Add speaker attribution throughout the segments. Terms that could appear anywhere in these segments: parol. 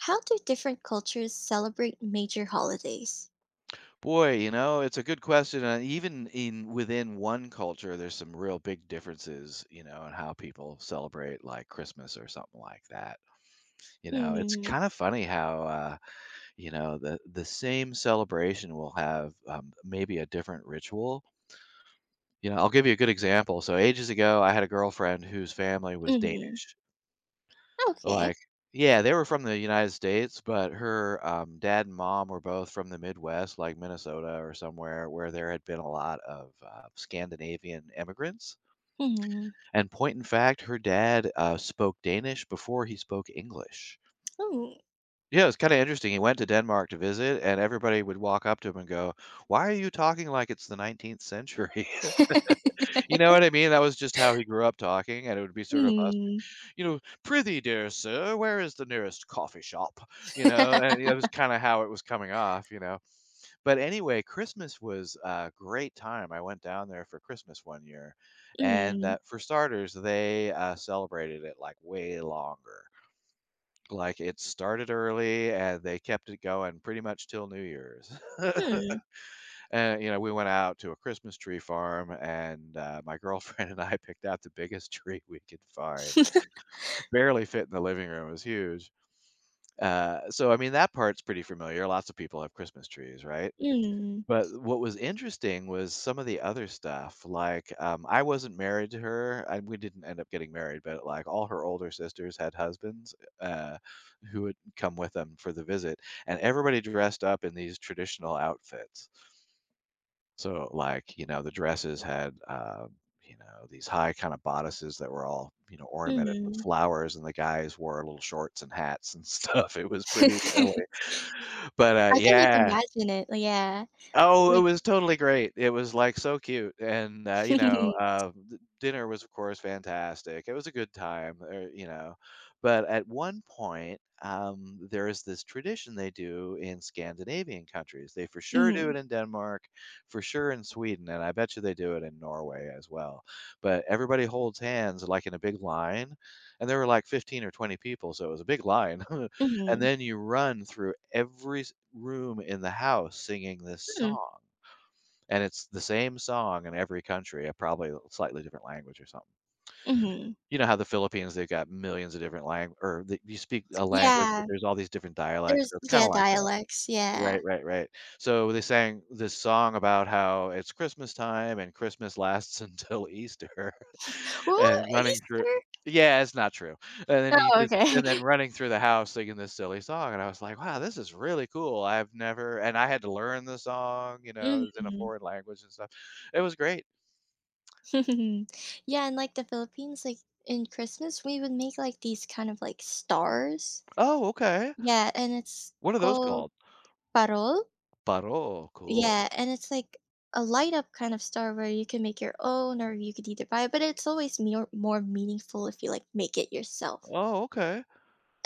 Speaker 1: How do different cultures celebrate major holidays?
Speaker 2: Boy, you know, it's a good question. And even in within one culture, there's some real big differences, you know, in how people celebrate like Christmas or something like that. You know, it's
Speaker 1: Mhm.
Speaker 2: kind of funny how, you know, the same celebration will have maybe a different ritual. You know, I'll give you a good example. So ages ago, I had a girlfriend whose family was
Speaker 1: Mhm.
Speaker 2: Danish.
Speaker 1: Okay.
Speaker 2: Like yeah, they were from the United States, but her, dad and mom were both from the Midwest, like Minnesota or somewhere where there had been a lot of, Scandinavian immigrants,
Speaker 1: Mhm.
Speaker 2: and point in fact, her dad, spoke Danish before he spoke English.
Speaker 1: Mm.
Speaker 2: Yeah, it's kinda interesting, he went to Denmark to visit, and everybody would walk up to him and go, "Why are you talking like it's the 19th century?" You know what I mean? That was just how he grew up talking, and it would be sort of us,
Speaker 1: Mm.
Speaker 2: you know, "Prithee, dear sir, where is the nearest coffee shop?" You know, and that was kinda how it was coming off, you know? But anyway, Christmas was a great time. I went down there for Christmas one year, and,
Speaker 1: Mm.
Speaker 2: for starters, they, celebrated it, like, way longer. Like, it started early, and they kept it going pretty much till New Year's.
Speaker 1: Hmm.
Speaker 2: And, you know, we went out to a Christmas tree farm, and, my girlfriend and I picked out the biggest tree we could find. Barely fit in the living room, it was huge. So, I mean, that part's pretty familiar, lots of people have Christmas trees, right?
Speaker 1: Mm.
Speaker 2: But what was interesting was some of the other stuff, like, I wasn't married to her, and we didn't end up getting married, but, like, all her older sisters had husbands, uh, who would come with them for the visit, and everybody dressed up in these traditional outfits. So like, you know, the dresses had, you know, these high kind of bodices that were all, you know, ornamented with
Speaker 1: Mhm.
Speaker 2: flowers, and the guys wore little shorts and hats and stuff. It was pretty silly. But,
Speaker 1: I can, like,
Speaker 2: yeah.
Speaker 1: imagine it, like, yeah.
Speaker 2: Oh, it
Speaker 1: Like
Speaker 2: was totally great. It was, like, so cute, and, you know, d dinner was, of course, fantastic. It was a good time, you know, but at one point, there is this tradition they do in Scandinavian countries. They for sure do
Speaker 1: Mhm.
Speaker 2: it in Denmark, for sure in Sweden, and I bet you they do it in Norway as well, but everybody holds hands, like, in a big line, and there were, like, 15 or 20 people, so it was a big line. And
Speaker 1: Mhm.
Speaker 2: then you run through every s room in the house singing this
Speaker 1: Hmm.
Speaker 2: song, and it's the same song in every country, probably a slightly different language or something.
Speaker 1: Mhm.
Speaker 2: You know how the Philippines, they've got millions of different language, or the you speak a language, but
Speaker 1: Yeah.
Speaker 2: there's all these different dialects,
Speaker 1: There's
Speaker 2: so it's kinda
Speaker 1: yeah,
Speaker 2: like that.
Speaker 1: dialects,
Speaker 2: Right,
Speaker 1: yeah.
Speaker 2: right, right. So they sang this song about how it's Christmas time and Christmas lasts until Easter
Speaker 1: Well,
Speaker 2: and running through.
Speaker 1: Easter.
Speaker 2: Yeah, it's not true. And then he
Speaker 1: Oh,
Speaker 2: did
Speaker 1: okay.
Speaker 2: and then running through the house singing this silly song, and I was like, "Wow, this is really cool. I've never," and I had to learn the song, you know, it was in a
Speaker 1: Mhm.
Speaker 2: foreign language and stuff. It was great.
Speaker 1: Yeah, and like the Philippines, like in Christmas, we would make like these kind of like stars.
Speaker 2: "Oh, okay.
Speaker 1: Yeah, and it's
Speaker 2: What are those
Speaker 1: called
Speaker 2: called?"
Speaker 1: parol.
Speaker 2: "Paro." "Cool."
Speaker 1: Yeah, and it's like a light up kind of star where you can make your own or you could either buy it, but it's always more meaningful if you like make it yourself.
Speaker 2: "Oh, okay."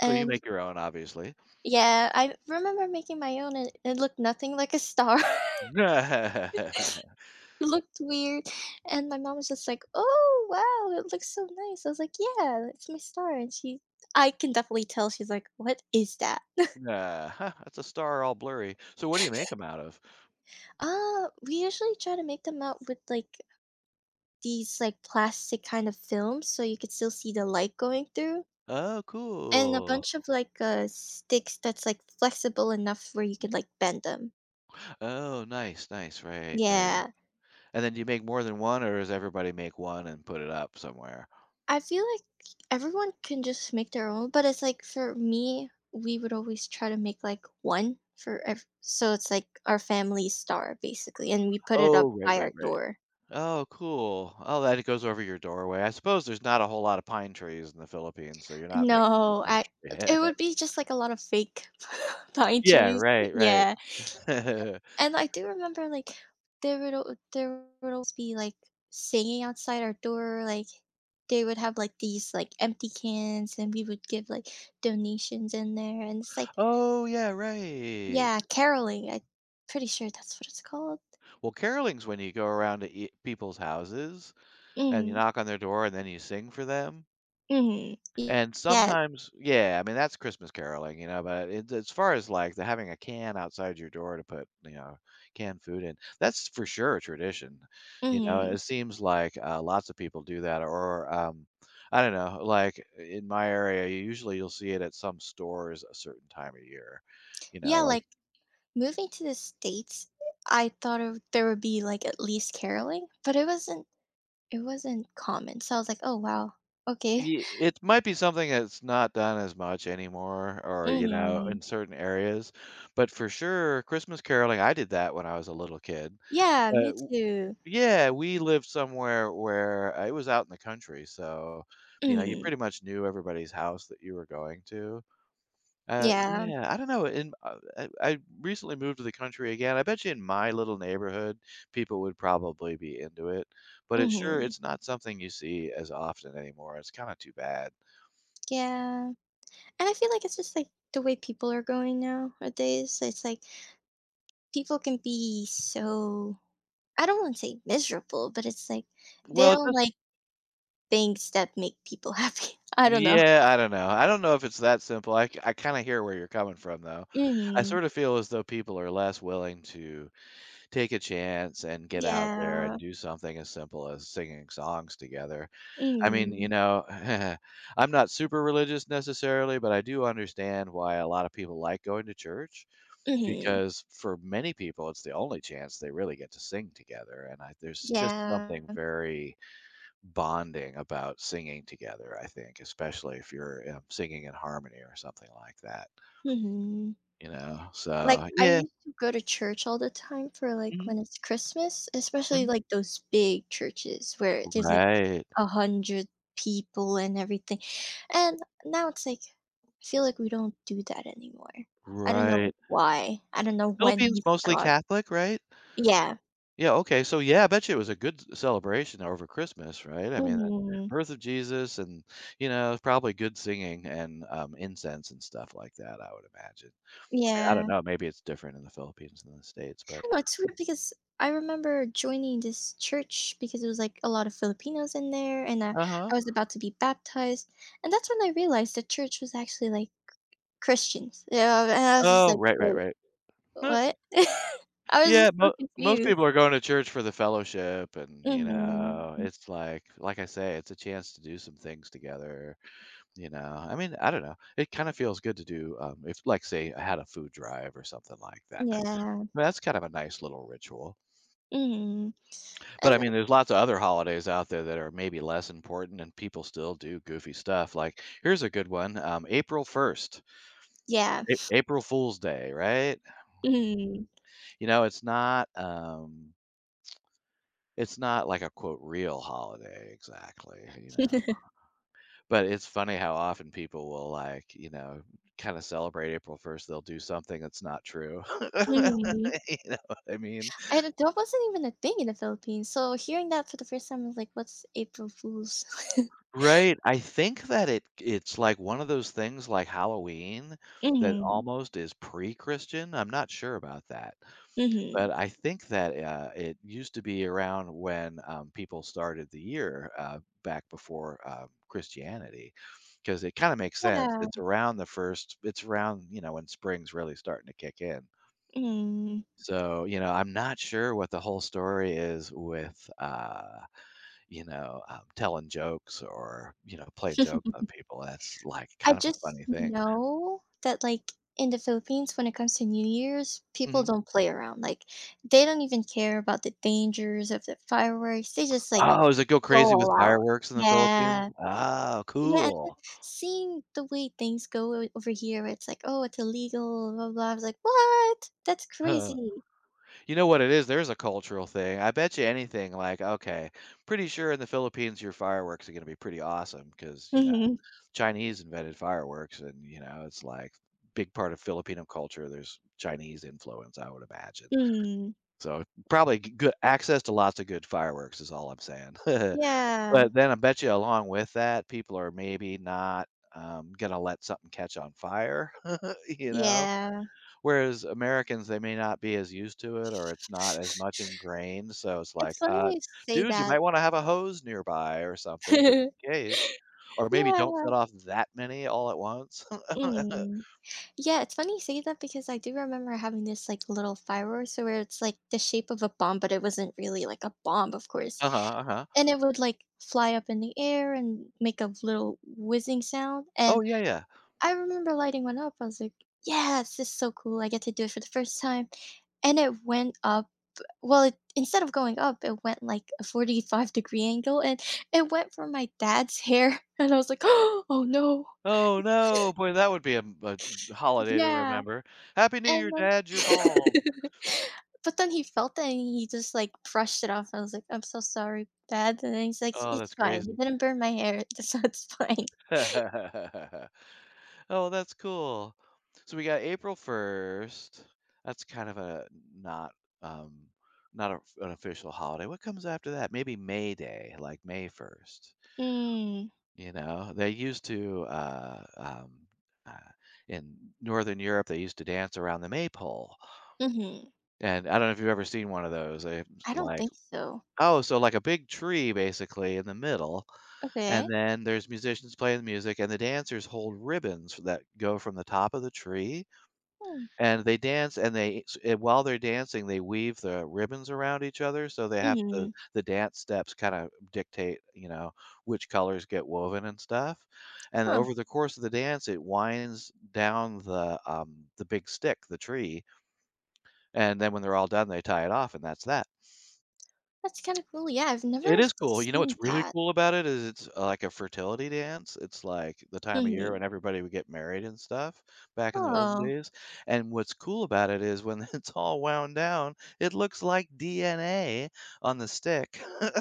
Speaker 2: So you make your own, obviously.
Speaker 1: yeah, I remember making my own and it looked nothing like a star. It looked weird, and my mom was just like, "Oh, wow, it looks so nice." I was like, "Yeah, it's my star," and she. I can definitely tell she's like, "What is that?"
Speaker 2: Yeah, huh, that's a star all blurry. So what do you make them out of?
Speaker 1: We usually try to make them out with, like, these, like, plastic kind of films so you could still see the light going through,
Speaker 2: Oh,
Speaker 1: and a
Speaker 2: cool.
Speaker 1: bunch of, like, sticks that's, like, flexible enough where you could, like, bend them.
Speaker 2: Oh, nice, nice, right, right.
Speaker 1: Yeah.
Speaker 2: And then do you make more than one, or does everybody make one and put it up somewhere?
Speaker 1: I feel like everyone can just make their own, but it's like for me, we would always try to make like one for so it's like our family star basically, and we put it
Speaker 2: Oh,
Speaker 1: up
Speaker 2: right,
Speaker 1: by
Speaker 2: right,
Speaker 1: our
Speaker 2: right.
Speaker 1: door.
Speaker 2: Oh, cool. Oh, that it goes over your doorway. I suppose there's not a whole lot of pine trees in the Philippines, so you're not making a
Speaker 1: No, I.
Speaker 2: Christmas
Speaker 1: It
Speaker 2: tree.
Speaker 1: would be just like a lot of fake pine
Speaker 2: Yeah,
Speaker 1: trees.
Speaker 2: right, right.
Speaker 1: Yeah, and I do remember like there would there would always be like singing outside our door, like they would have like these like empty cans, and we would give like donations in there, and it's like.
Speaker 2: Oh, yeah, right.
Speaker 1: Yeah, caroling, I'm pretty sure that's what it's called.
Speaker 2: Well, caroling's when you go around to eat people's houses and you
Speaker 1: Mm,
Speaker 2: knock on their door and then you sing for them.
Speaker 1: mhm. Y
Speaker 2: And
Speaker 1: Yeah.
Speaker 2: sometimes yeah, I mean, that's Christmas caroling, you know, but it as far as, like, the having a can outside your door to put, you know, canned food in, that's for sure a tradition, you know, it
Speaker 1: Mhm.
Speaker 2: seems like, lots of people do that or, I don't know, like, in my area, you usually you'll see it at some stores a certain time of year, you know,
Speaker 1: Yeah,
Speaker 2: like
Speaker 1: like, moving to the States, I thought of there would be, like, at least caroling, but it wasn't common, so I was like, "Oh, wow, okay."
Speaker 2: y it might be something that's not done as much anymore or, you know,
Speaker 1: Mhm.
Speaker 2: in certain areas, but for sure, Christmas caroling I did that when I was a little kid.
Speaker 1: Yeah,
Speaker 2: But
Speaker 1: me
Speaker 2: w
Speaker 1: too.
Speaker 2: Yeah, we lived somewhere where it was out in the country, so, you know, you
Speaker 1: Mm.
Speaker 2: pretty much knew everybody's house that you were going to.
Speaker 1: Yeah.
Speaker 2: Yeah, I don't know, in I recently moved to the country again. I bet you in my little neighborhood, people would probably be into it, but it's sure
Speaker 1: Mhm.
Speaker 2: it's not something you see as often anymore. It's kinda too bad.
Speaker 1: Yeah, and I feel like it's just, like, the way people are going nowadays, it's like, people can be so I don't wanna say miserable, but it's like they
Speaker 2: Well,
Speaker 1: don't
Speaker 2: just
Speaker 1: like things that make people happy. I don't know.
Speaker 2: yeah, I don't know. I don't know if it's that simple. I kinda hear where you're coming from, though. I
Speaker 1: Mhm.
Speaker 2: sort of feel as though people are less willing to take a chance and get out there and
Speaker 1: Yeah.
Speaker 2: do something as simple as singing songs together. I mean, you
Speaker 1: Mhm.
Speaker 2: know, I'm not super religious necessarily, but I do understand why a lot of people like going to church
Speaker 1: Mhm.
Speaker 2: because for many people, it's the only chance they really get to sing together. And I, there's just something
Speaker 1: Yeah.
Speaker 2: very bonding about singing together, I think, especially if you're singing in harmony or something like that,
Speaker 1: Mhm.
Speaker 2: you know?
Speaker 1: Like,
Speaker 2: So,
Speaker 1: I
Speaker 2: yeah.
Speaker 1: used to go to church all the time for, like,
Speaker 2: Mhm,
Speaker 1: when it's Christmas, especially,
Speaker 2: mhm.
Speaker 1: like, those big churches where there's, like,
Speaker 2: Right.
Speaker 1: 100 people and everything, and now it's like I feel like we don't do that anymore. I don't
Speaker 2: Right.
Speaker 1: know why. I don't know when
Speaker 2: Philippines
Speaker 1: we
Speaker 2: mostly
Speaker 1: stopped.
Speaker 2: Catholic, right?
Speaker 1: Yeah.
Speaker 2: Yeah, okay, so yeah, I bet you it was a good c celebration over Christmas, right? I mean, the
Speaker 1: Mhm.
Speaker 2: birth of Jesus and, you know, probably good singing and, incense and stuff like that, I would imagine. I mean, I don't
Speaker 1: Yeah. I
Speaker 2: know, maybe it's different in the Philippines than the States, but.
Speaker 1: don't know, it's weird because I remember joining this church because it was like a lot of Filipinos in there and
Speaker 2: Uh-huh.
Speaker 1: I was about to be baptized. And that's when I realized the church was actually like Christians. Yeah, and I was just
Speaker 2: Oh,
Speaker 1: like,
Speaker 2: right, right,
Speaker 1: wait,
Speaker 2: right. Uh,
Speaker 1: what? I was
Speaker 2: yeah,
Speaker 1: just so
Speaker 2: mo most
Speaker 1: confused.
Speaker 2: people are going to church for the fellowship and, you know,
Speaker 1: Hmm.
Speaker 2: it's like I say, it's a chance to do some things together. You know, I mean, I don't know. It kind of feels good to do, if, like, say, I had a food drive or something like that.
Speaker 1: Yeah.
Speaker 2: But that's kind of a nice little ritual.
Speaker 1: Hmm.
Speaker 2: But I
Speaker 1: And
Speaker 2: mean,
Speaker 1: then-
Speaker 2: there's lots of other holidays out there that are maybe less important and people still do goofy stuff. Like, here's a good one, April 1st,
Speaker 1: yeah.
Speaker 2: A April Fool's Day, right?
Speaker 1: Hmm.
Speaker 2: You know, it's not like a quote real holiday exactly, you know. But it's funny how often people will, like, you know, kinda celebrate April 1st, they'll do something that's not true.
Speaker 1: Hmm.
Speaker 2: You know what I mean?
Speaker 1: And that wasn't even a thing in the Philippines. So hearing that for the first time, I was like, what's April Fool's?
Speaker 2: Right, I think that it's like one of those things like Halloween that
Speaker 1: Hmm.
Speaker 2: almost is pre-Christian, I'm not sure about that,
Speaker 1: Hmm.
Speaker 2: but I think that, it used to be around when, people started the year, back before, Christianity, because it kinda makes sense,
Speaker 1: Yeah.
Speaker 2: it's around the 1st, it's around, you know, when spring's really starting to kick in.
Speaker 1: Mm.
Speaker 2: So, you know, I'm not sure what the whole story is with, you know, telling jokes or, you know, playing jokes on people. That's like
Speaker 1: I
Speaker 2: kind of a
Speaker 1: just
Speaker 2: funny thing.
Speaker 1: know that, like, in the Philippines, when it comes to New Year's, people
Speaker 2: Mhm.
Speaker 1: don't play around, like, they don't even care about the dangers of the fireworks, they just, like,
Speaker 2: Oh, does it go
Speaker 1: go
Speaker 2: crazy with
Speaker 1: all out.
Speaker 2: fireworks in the Philippines?
Speaker 1: Yeah.
Speaker 2: Oh,
Speaker 1: Yeah, and then
Speaker 2: cool.
Speaker 1: seeing the way things go o over here, it's like, "Oh, it's illegal, blah blah." I was like, "What? That's
Speaker 2: Huh.
Speaker 1: crazy."
Speaker 2: You know what it is? There's a cultural thing. I bet you anything like, okay, pretty sure in the Philippines your fireworks are going to be pretty awesome because, you know,
Speaker 1: Mhm.
Speaker 2: Chinese invented fireworks and, you know, it's like big part of Filipino culture. There's Chinese influence, I would imagine.
Speaker 1: Mm.
Speaker 2: So, probably g good access to lots of good fireworks is all I'm saying.
Speaker 1: Yeah.
Speaker 2: But then I bet you along with that, people are maybe not, gonna let something catch on fire, you know?
Speaker 1: Yeah.
Speaker 2: Whereas Americans, they may not be as used to it or it's not as much ingrained, so it's
Speaker 1: It's
Speaker 2: like,
Speaker 1: funny you say
Speaker 2: "Dude, you might
Speaker 1: that.
Speaker 2: wanna have a hose nearby or something just in case." Or maybe
Speaker 1: Yeah.
Speaker 2: don't set off that many all at once.
Speaker 1: Mm. Yeah, it's funny you say that because I do remember having this like little fireworks where it's like the shape of a bomb, but it wasn't really like a bomb, of course.
Speaker 2: Uh-huh, uh-huh.
Speaker 1: And it would like fly up in the air and make a little whizzing sound.
Speaker 2: Oh,
Speaker 1: And
Speaker 2: yeah, yeah.
Speaker 1: I remember lighting one up. I was like, yeah, this is so cool. I get to do it for the first time. And it went up. Well, it, instead of going up, it went like a 45-degree angle and it went for my dad's hair. And I was like, oh no.
Speaker 2: Oh, no. Boy, that would be a holiday to
Speaker 1: Yeah.
Speaker 2: remember. "Happy New Year,
Speaker 1: And then
Speaker 2: Dad, you're bald."
Speaker 1: but then he felt it and he just, like, brushed it off. I was like, "I'm so sorry, Dad." And then he's like,
Speaker 2: Oh,
Speaker 1: "It's
Speaker 2: that's
Speaker 1: fine. You
Speaker 2: crazy.
Speaker 1: didn't burn my hair, so it's fine."
Speaker 2: Oh, that's cool. So we got April 1st. That's kind of a not, um, not of an official holiday. What comes after that? Maybe May Day, like May 1st,
Speaker 1: Mm,
Speaker 2: you know? They used to, uh, in Northern Europe, they used to dance around the maypole,
Speaker 1: mhm.
Speaker 2: and I don't know if you've ever seen one of those. They
Speaker 1: I don't
Speaker 2: like
Speaker 1: think so.
Speaker 2: Oh, so like a big tree basically in the middle, and
Speaker 1: Okay.
Speaker 2: then there's musicians playing the music, and the dancers hold ribbons that go from the top of the tree,
Speaker 1: Hmm,
Speaker 2: and they dance, and they s and while they're dancing, they weave the ribbons around each other, so they have to
Speaker 1: mhm.
Speaker 2: the dance steps kinda dictate, which colors get woven and stuff, and
Speaker 1: Huh,
Speaker 2: over the course of the dance, it winds down the big stick, the tree, and then when they're all done, they tie it off, and that's that.
Speaker 1: that's kinda cool. Yeah, I've
Speaker 2: It
Speaker 1: never
Speaker 2: is cool. You know what's
Speaker 1: seen
Speaker 2: really
Speaker 1: that.
Speaker 2: cool about it is it's like a fertility dance. It's like the time of year
Speaker 1: Mhm.
Speaker 2: when everybody would get married and stuff back in the olden
Speaker 1: Oh.
Speaker 2: days. And what's cool about it is when it's all wound down, it looks like DNA on the stick.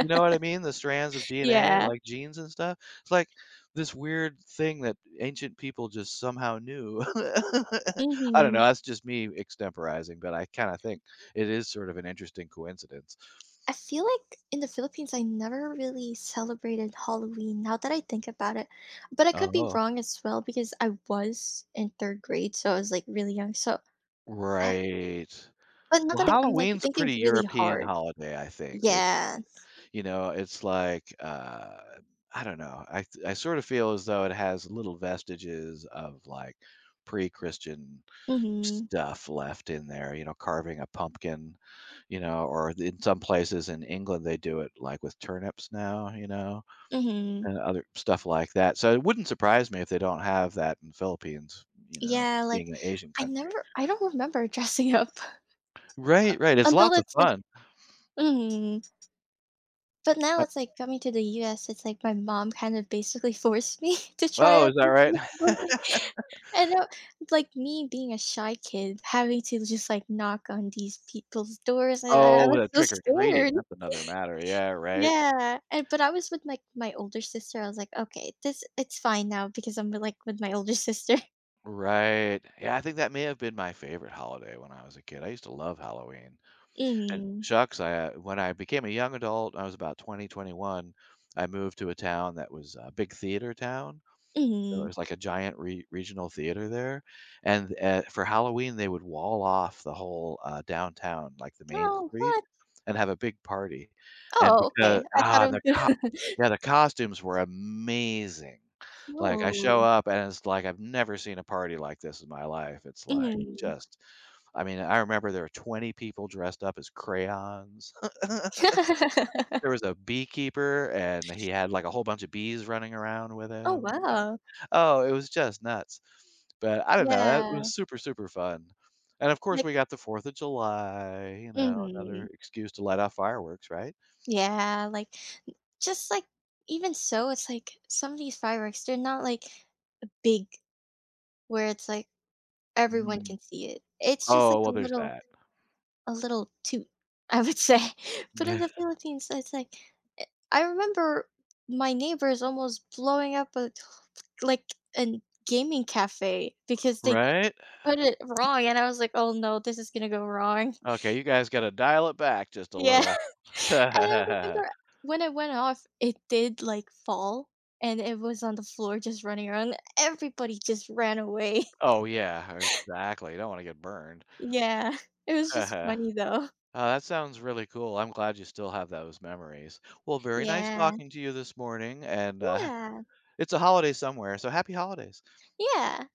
Speaker 2: You know what I mean? The strands of DNA,
Speaker 1: Yeah.
Speaker 2: like genes and stuff. It's like this weird thing that ancient people just somehow knew. I don't know.
Speaker 1: Mhm.
Speaker 2: That's just me extemporizing, but I kind of think it is sort of an interesting coincidence.
Speaker 1: I feel like in the Philippines, I never really celebrated Halloween now that I think about it. But I could be
Speaker 2: Oh.
Speaker 1: wrong as well because I was in third grade, so I was like really young. So, I,
Speaker 2: Right.
Speaker 1: but now
Speaker 2: Well,
Speaker 1: that I'm like
Speaker 2: Halloween's a
Speaker 1: thinking
Speaker 2: pretty
Speaker 1: really
Speaker 2: European
Speaker 1: hard.
Speaker 2: holiday, I think. It
Speaker 1: Yeah.
Speaker 2: you know, it's like, I don't know. I sort of feel as though it has little vestiges of, like, pre-Christian
Speaker 1: Mm
Speaker 2: stuff left in there, you know, carving a pumpkin, you know, or in some places in England, they do it, like, with turnips now, you know,
Speaker 1: hmm. Mm
Speaker 2: and
Speaker 1: hmm.
Speaker 2: other stuff like that. So it wouldn't surprise me if they don't have that in the Philippines, you know,
Speaker 1: Yeah. Like,
Speaker 2: being an Asian
Speaker 1: I
Speaker 2: country.
Speaker 1: never, I don't remember dressing up
Speaker 2: Right, right. It's
Speaker 1: until
Speaker 2: lots of
Speaker 1: it's like,
Speaker 2: fun.
Speaker 1: mm. But now it's like coming to the US, it's like my mom kind of basically forced me to try
Speaker 2: Oh, is
Speaker 1: out
Speaker 2: that
Speaker 1: this
Speaker 2: right?
Speaker 1: new And now, like me being a shy kid, having to just like knock on these people's doors, and I
Speaker 2: Oh,
Speaker 1: was
Speaker 2: the
Speaker 1: so
Speaker 2: trick-or-treating,
Speaker 1: scared.
Speaker 2: that's another matter. Yeah, right.
Speaker 1: Yeah, and but I was with like my older sister. I was like, okay, this it's fine now because I'm with, like with my older sister.
Speaker 2: Right. Yeah, I think that may have been my favorite holiday when I was a kid. I used to love Halloween. And
Speaker 1: Mm,
Speaker 2: shucks, when I became a young adult, I was about 20, 21. I moved to a town that was a big theater town.
Speaker 1: mm.
Speaker 2: There's like a giant re regional theater there, and, for Halloween, they would wall off the whole, downtown, like the main
Speaker 1: Oh,
Speaker 2: street,
Speaker 1: what?
Speaker 2: and have a big party, and
Speaker 1: Oh,
Speaker 2: because
Speaker 1: okay. I thought
Speaker 2: ah, the
Speaker 1: it
Speaker 2: co
Speaker 1: was good.
Speaker 2: yeah, the costumes were amazing. Like, I show
Speaker 1: No.
Speaker 2: up, and it's like, I've never seen a party like this in my life. It's like,
Speaker 1: Mm.
Speaker 2: just I mean, I remember there were 20 people dressed up as crayons. There was a beekeeper, and he had, like, a whole bunch of bees running around with
Speaker 1: Oh
Speaker 2: him, and
Speaker 1: wow.
Speaker 2: oh, it was just nuts. But I don't know, that
Speaker 1: Yeah.
Speaker 2: was super, super fun. And, of course,
Speaker 1: Like.
Speaker 2: we got the 4th of July, you know,
Speaker 1: Mm.
Speaker 2: another excuse to light off fireworks, right?
Speaker 1: Yeah. Like Just like even so, it's like some of these fireworks, they're not like big where it's like everyone
Speaker 2: Mm.
Speaker 1: can see it. It's just like
Speaker 2: Oh, well, there's that.
Speaker 1: a little toot, I would say. But in the Philippines, it's like eh, I remember my neighbors almost blowing up a like a gaming cafe because they
Speaker 2: Right?
Speaker 1: put it wrong and I was like, "Oh no, this is gonna go wrong."
Speaker 2: Okay, you guys gotta dial it back just a
Speaker 1: Yeah.
Speaker 2: little.
Speaker 1: And I remember when I went off, it did, like, fall, and it was on the floor just running around. Everybody just ran away.
Speaker 2: Oh, yeah, exactly, you don't wanna get burned.
Speaker 1: Yeah. It was just funny, though.
Speaker 2: Oh, that sounds really cool. I'm glad you still have those memories. Well, very nice
Speaker 1: Yeah.
Speaker 2: talking to you this morning, and
Speaker 1: Yeah.
Speaker 2: it's a holiday somewhere, so happy holidays.
Speaker 1: Yeah.